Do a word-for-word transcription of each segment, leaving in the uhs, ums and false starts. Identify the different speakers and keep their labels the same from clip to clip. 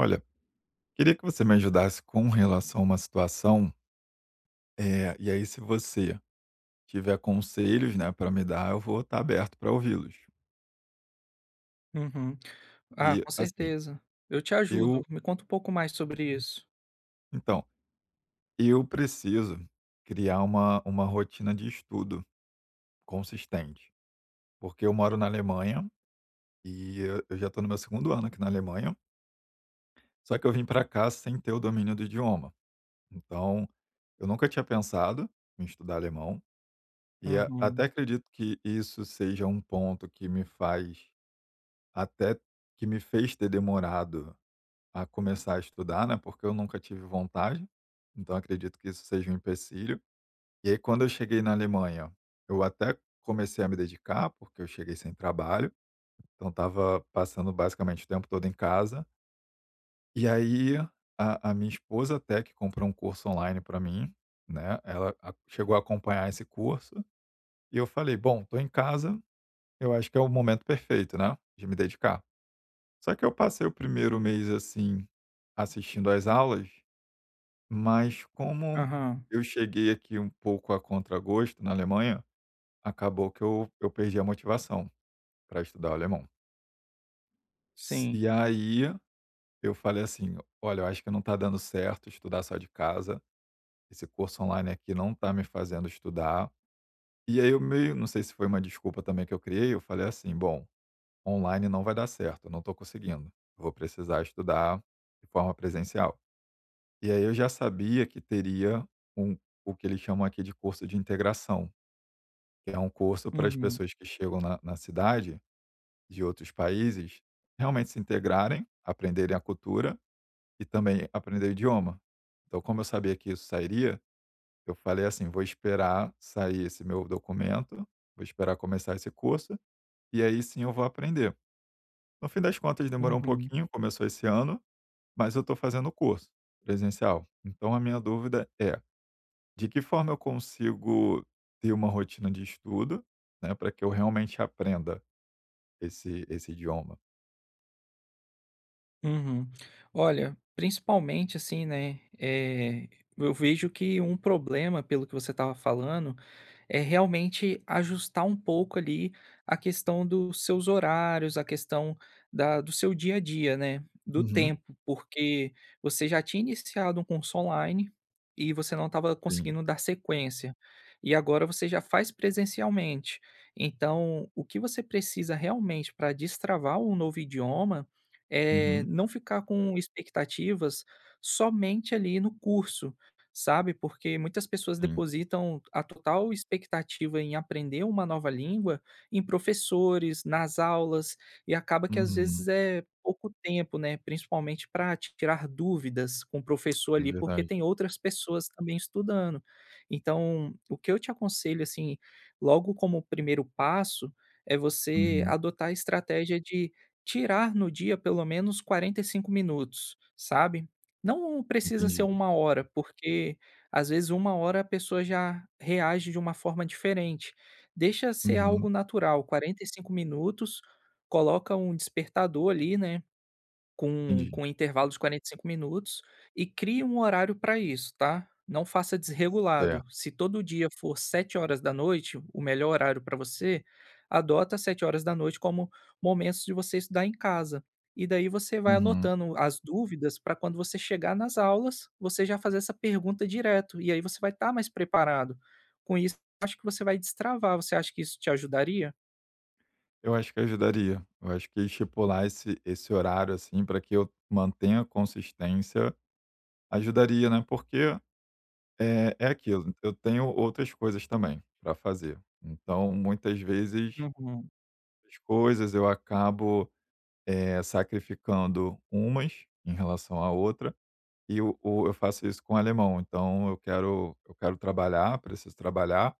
Speaker 1: Olha, queria que você me ajudasse com relação a uma situação, eh, e aí se você tiver conselhos, né, para me dar, eu vou estar aberto para ouvi-los.
Speaker 2: Uhum. Ah,
Speaker 1: E
Speaker 2: com
Speaker 1: assim,
Speaker 2: certeza. Eu te ajudo.
Speaker 1: eu
Speaker 2: Me conta um pouco mais sobre isso.
Speaker 1: então, eu preciso criar uma uma rotina de estudo consistente, porque eu moro na Alemanha e eu eu já estou no meu segundo ano aqui na Alemanha, só que eu vim para cá sem ter o domínio do idioma. Então, eu nunca tinha pensado em estudar alemão. E a até
Speaker 2: Uhum.
Speaker 1: acredito que isso seja um ponto que me faz até que me fez ter demorado a começar a estudar, né, porque eu nunca tive vontade, então acredito que isso seja um empecilho. E aí quando eu cheguei na Alemanha, eu até comecei a me dedicar, porque eu cheguei sem trabalho, então estava passando basicamente o tempo todo em casa. E aí a a minha esposa até que comprou um curso online para mim, né, ela a chegou a acompanhar esse curso, e eu falei: "Bom, tô em casa. Eu acho que é o momento perfeito, né, de me dedicar." Só que eu passei o primeiro mês, assim, assistindo às aulas, mas como
Speaker 2: Aham.
Speaker 1: eu cheguei aqui um pouco a contragosto na Alemanha, acabou que eu eu perdi a motivação para estudar o alemão. S
Speaker 2: Sim.
Speaker 1: E aí eu falei assim: "Olha, eu acho que não está dando certo estudar só de casa, esse curso online aqui não está me fazendo estudar". E aí eu meio não sei se foi uma desculpa também que eu criei, eu falei assim: "Bom, online não vai dar certo, eu não estou conseguindo. Eu vou precisar estudar de forma presencial." E aí eu já sabia que teria um o que eles chamam aqui de curso de integração, que é um curso para as
Speaker 2: Uhum.
Speaker 1: pessoas que chegam na, na cidade de outros países realmente se integrarem, aprenderem a cultura e também aprender o idioma. Então, como eu sabia que isso sairia, eu falei assim: vou esperar sair esse meu documento, vou esperar começar esse curso, e aí sim eu vou aprender. No fim das contas demorou um
Speaker 2: Uhum.
Speaker 1: pouquinho, começou esse ano, mas eu estou fazendo o curso presencial. Então a minha dúvida é: de que forma eu consigo ter uma rotina de estudo, né, para que eu realmente aprenda esse, esse idioma?
Speaker 2: Uhum. Olha, principalmente assim, né, eh, eu vejo que um problema, pelo que você estava falando, é realmente ajustar um pouco ali a questão dos seus horários, a questão da do seu dia a dia, né, do
Speaker 1: Uhum.
Speaker 2: tempo, porque você já tinha iniciado um curso online e você não estava
Speaker 1: Sim.
Speaker 2: conseguindo dar sequência, e agora você já faz presencialmente. Então, o que você precisa realmente para destravar um novo idioma eh,
Speaker 1: Uhum.
Speaker 2: não ficar com expectativas somente ali no curso, sabe, porque muitas pessoas
Speaker 1: Sim.
Speaker 2: depositam a total expectativa em aprender uma nova língua em professores, nas aulas, e acaba que às
Speaker 1: Uhum.
Speaker 2: vezes é pouco tempo, né, principalmente para tirar dúvidas com o professor
Speaker 1: É
Speaker 2: ali, porque
Speaker 1: verdade.
Speaker 2: tem outras pessoas também estudando. Então, o que eu te aconselho, assim, logo como primeiro passo, é você
Speaker 1: Uhum.
Speaker 2: adotar a estratégia de tirar no dia pelo menos quarenta e cinco minutos, sabe? Não precisa ser
Speaker 1: Entendi.
Speaker 2: uma hora, porque às vezes uma hora a pessoa já reage de uma forma diferente. Deixa ser algo
Speaker 1: Uhum,
Speaker 2: natural, quarenta e cinco minutos, coloca um despertador ali, né? Com
Speaker 1: entendi.
Speaker 2: com intervalo de quarenta e cinco minutos e crie um horário para isso, tá. Não faça desregulado.
Speaker 1: Certo.
Speaker 2: Se todo dia for sete horas da noite o melhor horário para você, adota sete horas da noite como momentos de você estudar em casa. E daí você vai
Speaker 1: Uhum.
Speaker 2: anotando as dúvidas para quando você chegar nas aulas, você já fazer essa pergunta direto, e aí você vai estar mais preparado. Com isso, acho que você vai destravar. Você acha que isso te ajudaria?
Speaker 1: Eu acho que ajudaria. Eu acho que estipular esse esse horário, assim, para que eu mantenha a consistência, ajudaria, né, porque é é aquilo, eu tenho outras coisas também para fazer. Então, muitas vezes,
Speaker 2: Uhum,
Speaker 1: as coisas eu acabo, eh, sacrificando umas em relação à outra, e o o eu faço isso com o alemão, então eu quero eu quero trabalhar, preciso trabalhar.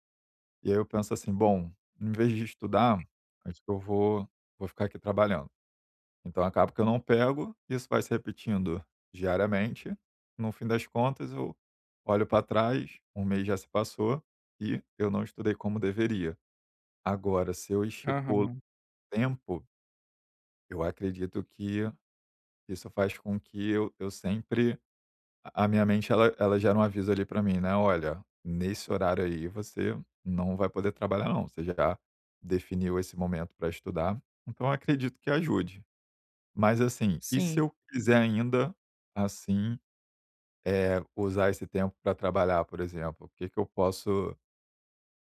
Speaker 1: E aí eu penso assim: "Bom, em vez de estudar, acho que eu vou vou ficar aqui trabalhando". Então acaba que eu não pego, isso vai se repetindo diariamente. No fim das contas, eu olho para trás, um mês já se passou e eu não estudei como deveria. Agora, se eu estipulo
Speaker 2: aham.
Speaker 1: tempo, eu acredito que isso faz com que eu eu sempre A minha mente ela ela gera um aviso ali para mim, né: "Olha, nesse horário aí você não vai poder trabalhar não, você já definiu esse momento para estudar", então eu acredito que ajude. Mas assim, e se
Speaker 2: Sim,
Speaker 1: eu quiser ainda, assim, eh, usar esse tempo para trabalhar, por exemplo, o que que eu posso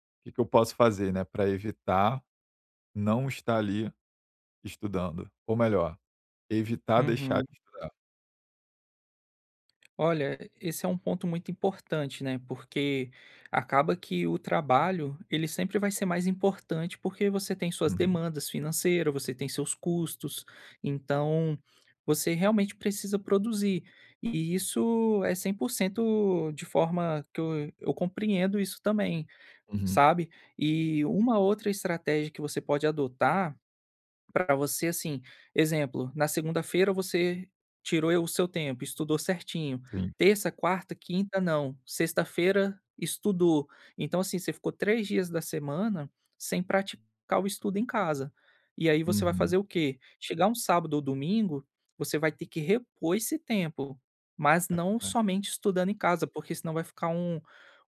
Speaker 1: o que que eu posso fazer, né, para evitar não estar ali estudando? Ou melhor, evitar deixar
Speaker 2: uhum.
Speaker 1: de estudar.
Speaker 2: Olha, esse é um ponto muito importante, né? Porque acaba que o trabalho, ele sempre vai ser mais importante porque você tem suas
Speaker 1: Uhum,
Speaker 2: demandas financeiras, você tem seus custos, então você realmente precisa produzir. E isso é cem por cento de forma que eu, eu compreendo isso também,
Speaker 1: uhum,
Speaker 2: sabe? E uma outra estratégia que você pode adotar para você, assim, exemplo, na segunda-feira você tirou o seu tempo, estudou certinho.
Speaker 1: sim,
Speaker 2: Terça, quarta, quinta não. Sexta-feira estudou. Então, assim, você ficou três dias da semana sem praticar o estudo em casa. E aí você vai
Speaker 1: uhum,
Speaker 2: fazer o quê? Chegar um sábado ou domingo, você vai ter que repor esse tempo, mas
Speaker 1: é
Speaker 2: não
Speaker 1: verdade.
Speaker 2: somente estudando em casa, porque senão vai ficar um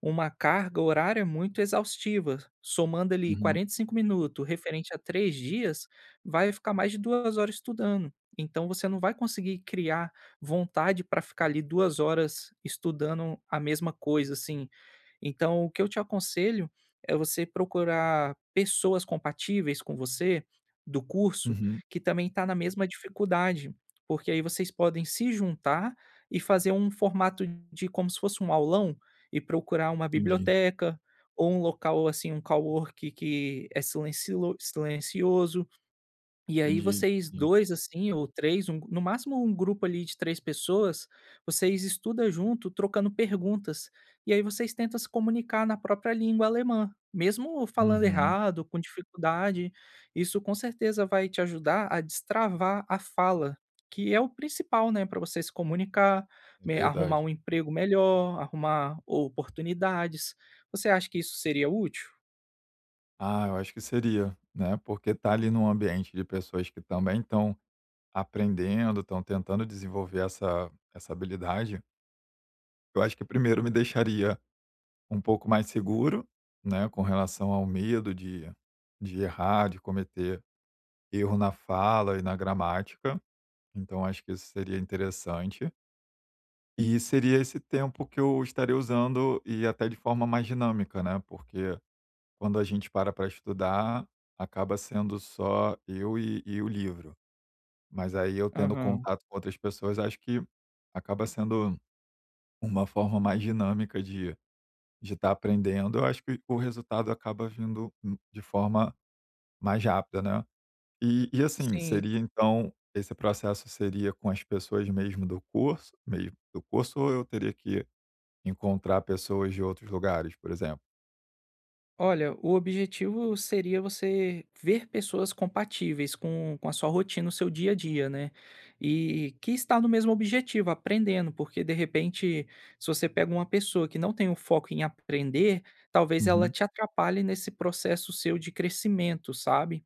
Speaker 2: uma carga horária muito exaustiva, somando ali
Speaker 1: Uhum,
Speaker 2: quarenta e cinco minutos referente a três dias, vai ficar mais de duas horas estudando. Então você não vai conseguir criar vontade para ficar ali duas horas estudando a mesma coisa, assim. Então o que eu te aconselho é você procurar pessoas compatíveis com você, do curso,
Speaker 1: uhum,
Speaker 2: que também está na mesma dificuldade, porque aí vocês podem se juntar e fazer um formato de como se fosse um aulão e procurar uma
Speaker 1: entendi.
Speaker 2: biblioteca ou um local, assim, um cowork que é silencilo silencioso e aí
Speaker 1: Entendi,
Speaker 2: vocês
Speaker 1: entendi.
Speaker 2: dois assim, ou três um no máximo um grupo ali de três pessoas, vocês estudam junto trocando perguntas, e aí vocês tentam se comunicar na própria língua alemã, mesmo falando
Speaker 1: Uhum,
Speaker 2: errado, com dificuldade, isso com certeza vai te ajudar a destravar a fala, que é o principal, né, para você se comunicar,
Speaker 1: é
Speaker 2: me arrumar
Speaker 1: verdade.
Speaker 2: um emprego melhor, arrumar oportunidades. Você acha que isso seria útil?
Speaker 1: Ah, eu acho que seria, né, porque tá ali num ambiente de pessoas que também estão aprendendo, estão tentando desenvolver essa essa habilidade, eu acho que primeiro me deixaria um pouco mais seguro, né, com relação ao medo de de errar, de cometer erro na fala e na gramática, então acho que isso seria interessante. E seria esse tempo que eu estaria usando e até de forma mais dinâmica, né, porque quando a gente para para estudar, acaba sendo só eu e e o livro. Mas aí eu tendo
Speaker 2: Aham,
Speaker 1: contato com outras pessoas, acho que acaba sendo uma forma mais dinâmica de de estar aprendendo. Eu acho que o resultado acaba vindo, hum, de forma mais rápida, né. E e assim,
Speaker 2: sim.
Speaker 1: seria então esse processo seria com as pessoas mesmo do curso meio do curso ou eu teria que encontrar pessoas de outros lugares, por exemplo?
Speaker 2: Olha, o objetivo seria você ver pessoas compatíveis com, com a sua rotina, o seu dia a dia, né? E que está no mesmo objetivo, aprendendo, porque de repente, se você pega uma pessoa que não tem o foco em aprender, talvez ela
Speaker 1: Uhum,
Speaker 2: te atrapalhe nesse processo seu de crescimento, sabe?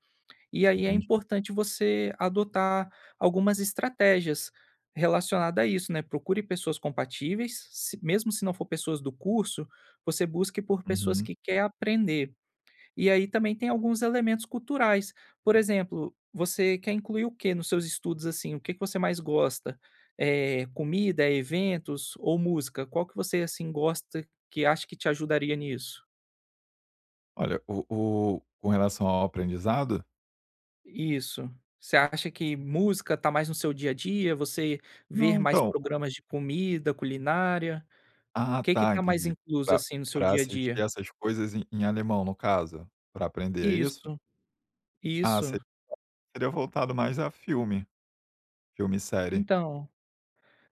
Speaker 2: E aí é
Speaker 1: entendi.
Speaker 2: importante você adotar algumas estratégias relacionadas a isso, né? Procure pessoas compatíveis, se- mesmo se não for pessoas do curso, você busque por pessoas
Speaker 1: Uhum.
Speaker 2: que quer aprender e aí também tem alguns elementos culturais. Por exemplo, você quer incluir o quê nos seus estudos, assim? O que que você mais gosta? É comida, é eventos ou música? Qual que você, assim, gosta que acha que te ajudaria nisso?
Speaker 1: Olha, o o com relação ao aprendizado?
Speaker 2: Isso. Você acha que música tá mais no seu dia a dia? Você ver
Speaker 1: Não,
Speaker 2: mais
Speaker 1: então o
Speaker 2: programas de comida, culinária?
Speaker 1: ah,
Speaker 2: O que que
Speaker 1: tá,
Speaker 2: tá mais
Speaker 1: entendi.
Speaker 2: incluso,
Speaker 1: Para
Speaker 2: assim, no seu
Speaker 1: Pra
Speaker 2: dia a
Speaker 1: assistir
Speaker 2: dia?
Speaker 1: essas coisas em em alemão, no caso, para aprender, é isso?
Speaker 2: Isso,
Speaker 1: Ah, se
Speaker 2: isso.
Speaker 1: seria voltado mais a filme, filme e série.
Speaker 2: Então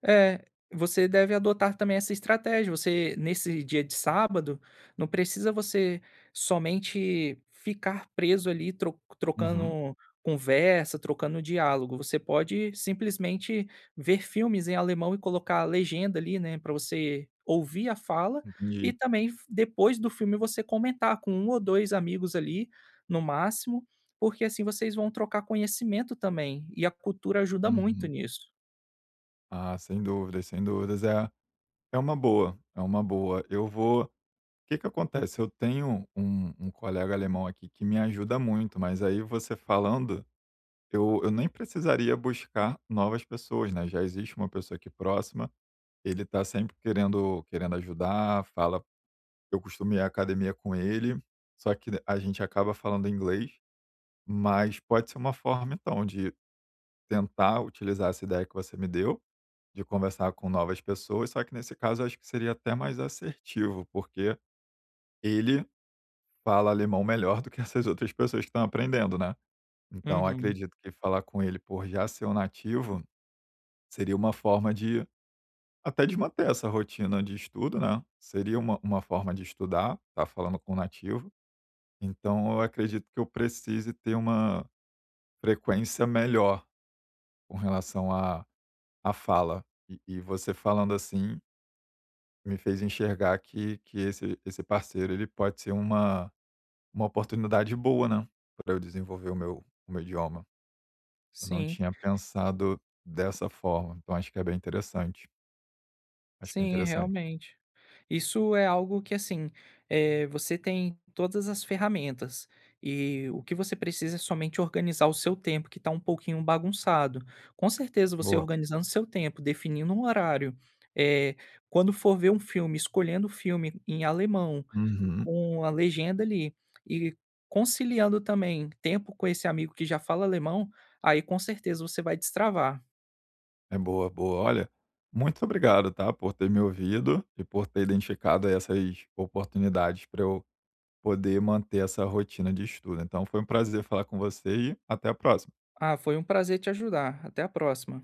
Speaker 2: é, você deve adotar também essa estratégia. Você, nesse dia de sábado, não precisa você somente ficar preso ali tro
Speaker 1: Uhum,
Speaker 2: trocando conversa, trocando diálogo. Você pode simplesmente ver filmes em alemão e colocar a legenda ali, né, para você ouvir a fala e
Speaker 1: entendi.
Speaker 2: também f depois do filme você comentar com um ou dois amigos ali, no máximo, porque assim vocês vão trocar conhecimento também, e a cultura ajuda muito
Speaker 1: Uhum.
Speaker 2: nisso.
Speaker 1: Ah, sem dúvidas, sem dúvidas. É é uma boa, é uma boa. Eu vou O que que acontece, eu tenho um um colega alemão aqui que me ajuda muito, mas aí você falando. Eu eu nem precisaria buscar novas pessoas, né, já existe uma pessoa aqui próxima, ele tá sempre querendo querendo ajudar, fala, eu costumo ir à academia com ele, só que a gente acaba falando inglês, mas pode ser uma forma então de tentar utilizar essa ideia que você me deu, de conversar com novas pessoas, só que nesse caso eu acho que seria até mais assertivo, porque ele fala alemão melhor do que essas outras pessoas que estão aprendendo, né. Então
Speaker 2: Uhum.
Speaker 1: acredito que falar com ele por já ser um nativo seria uma forma de até de manter essa rotina de estudo, né, seria uma uma forma de estudar, tá falando com o nativo, então eu acredito que eu precise ter uma frequência melhor com relação à à fala. E e você falando assim, me fez enxergar que que esse esse parceiro ele pode ser uma uma oportunidade boa, né, para eu desenvolver o meu o meu idioma. Eu não
Speaker 2: Sim.
Speaker 1: tinha pensado dessa forma, então acho que é bem interessante, acho que é
Speaker 2: Sim,
Speaker 1: interessante.
Speaker 2: realmente. Isso é algo que, assim, eh, você tem todas as ferramentas e o que você precisa é somente organizar o seu tempo, que está um pouquinho bagunçado. Com certeza, você
Speaker 1: Boa.
Speaker 2: organizando seu tempo, definindo um horário, eh, quando for ver um filme, escolhendo o filme em alemão, e
Speaker 1: Uhum.
Speaker 2: com a legenda ali e conciliando também tempo com esse amigo que já fala alemão, aí com certeza você vai destravar.
Speaker 1: É boa, boa. Olha, muito obrigado, tá, por ter me ouvido e por ter identificado essas oportunidades para eu poder manter essa rotina de estudo. Então foi um prazer falar com você e até a próxima.
Speaker 2: Ah, foi um prazer te ajudar. Até a próxima.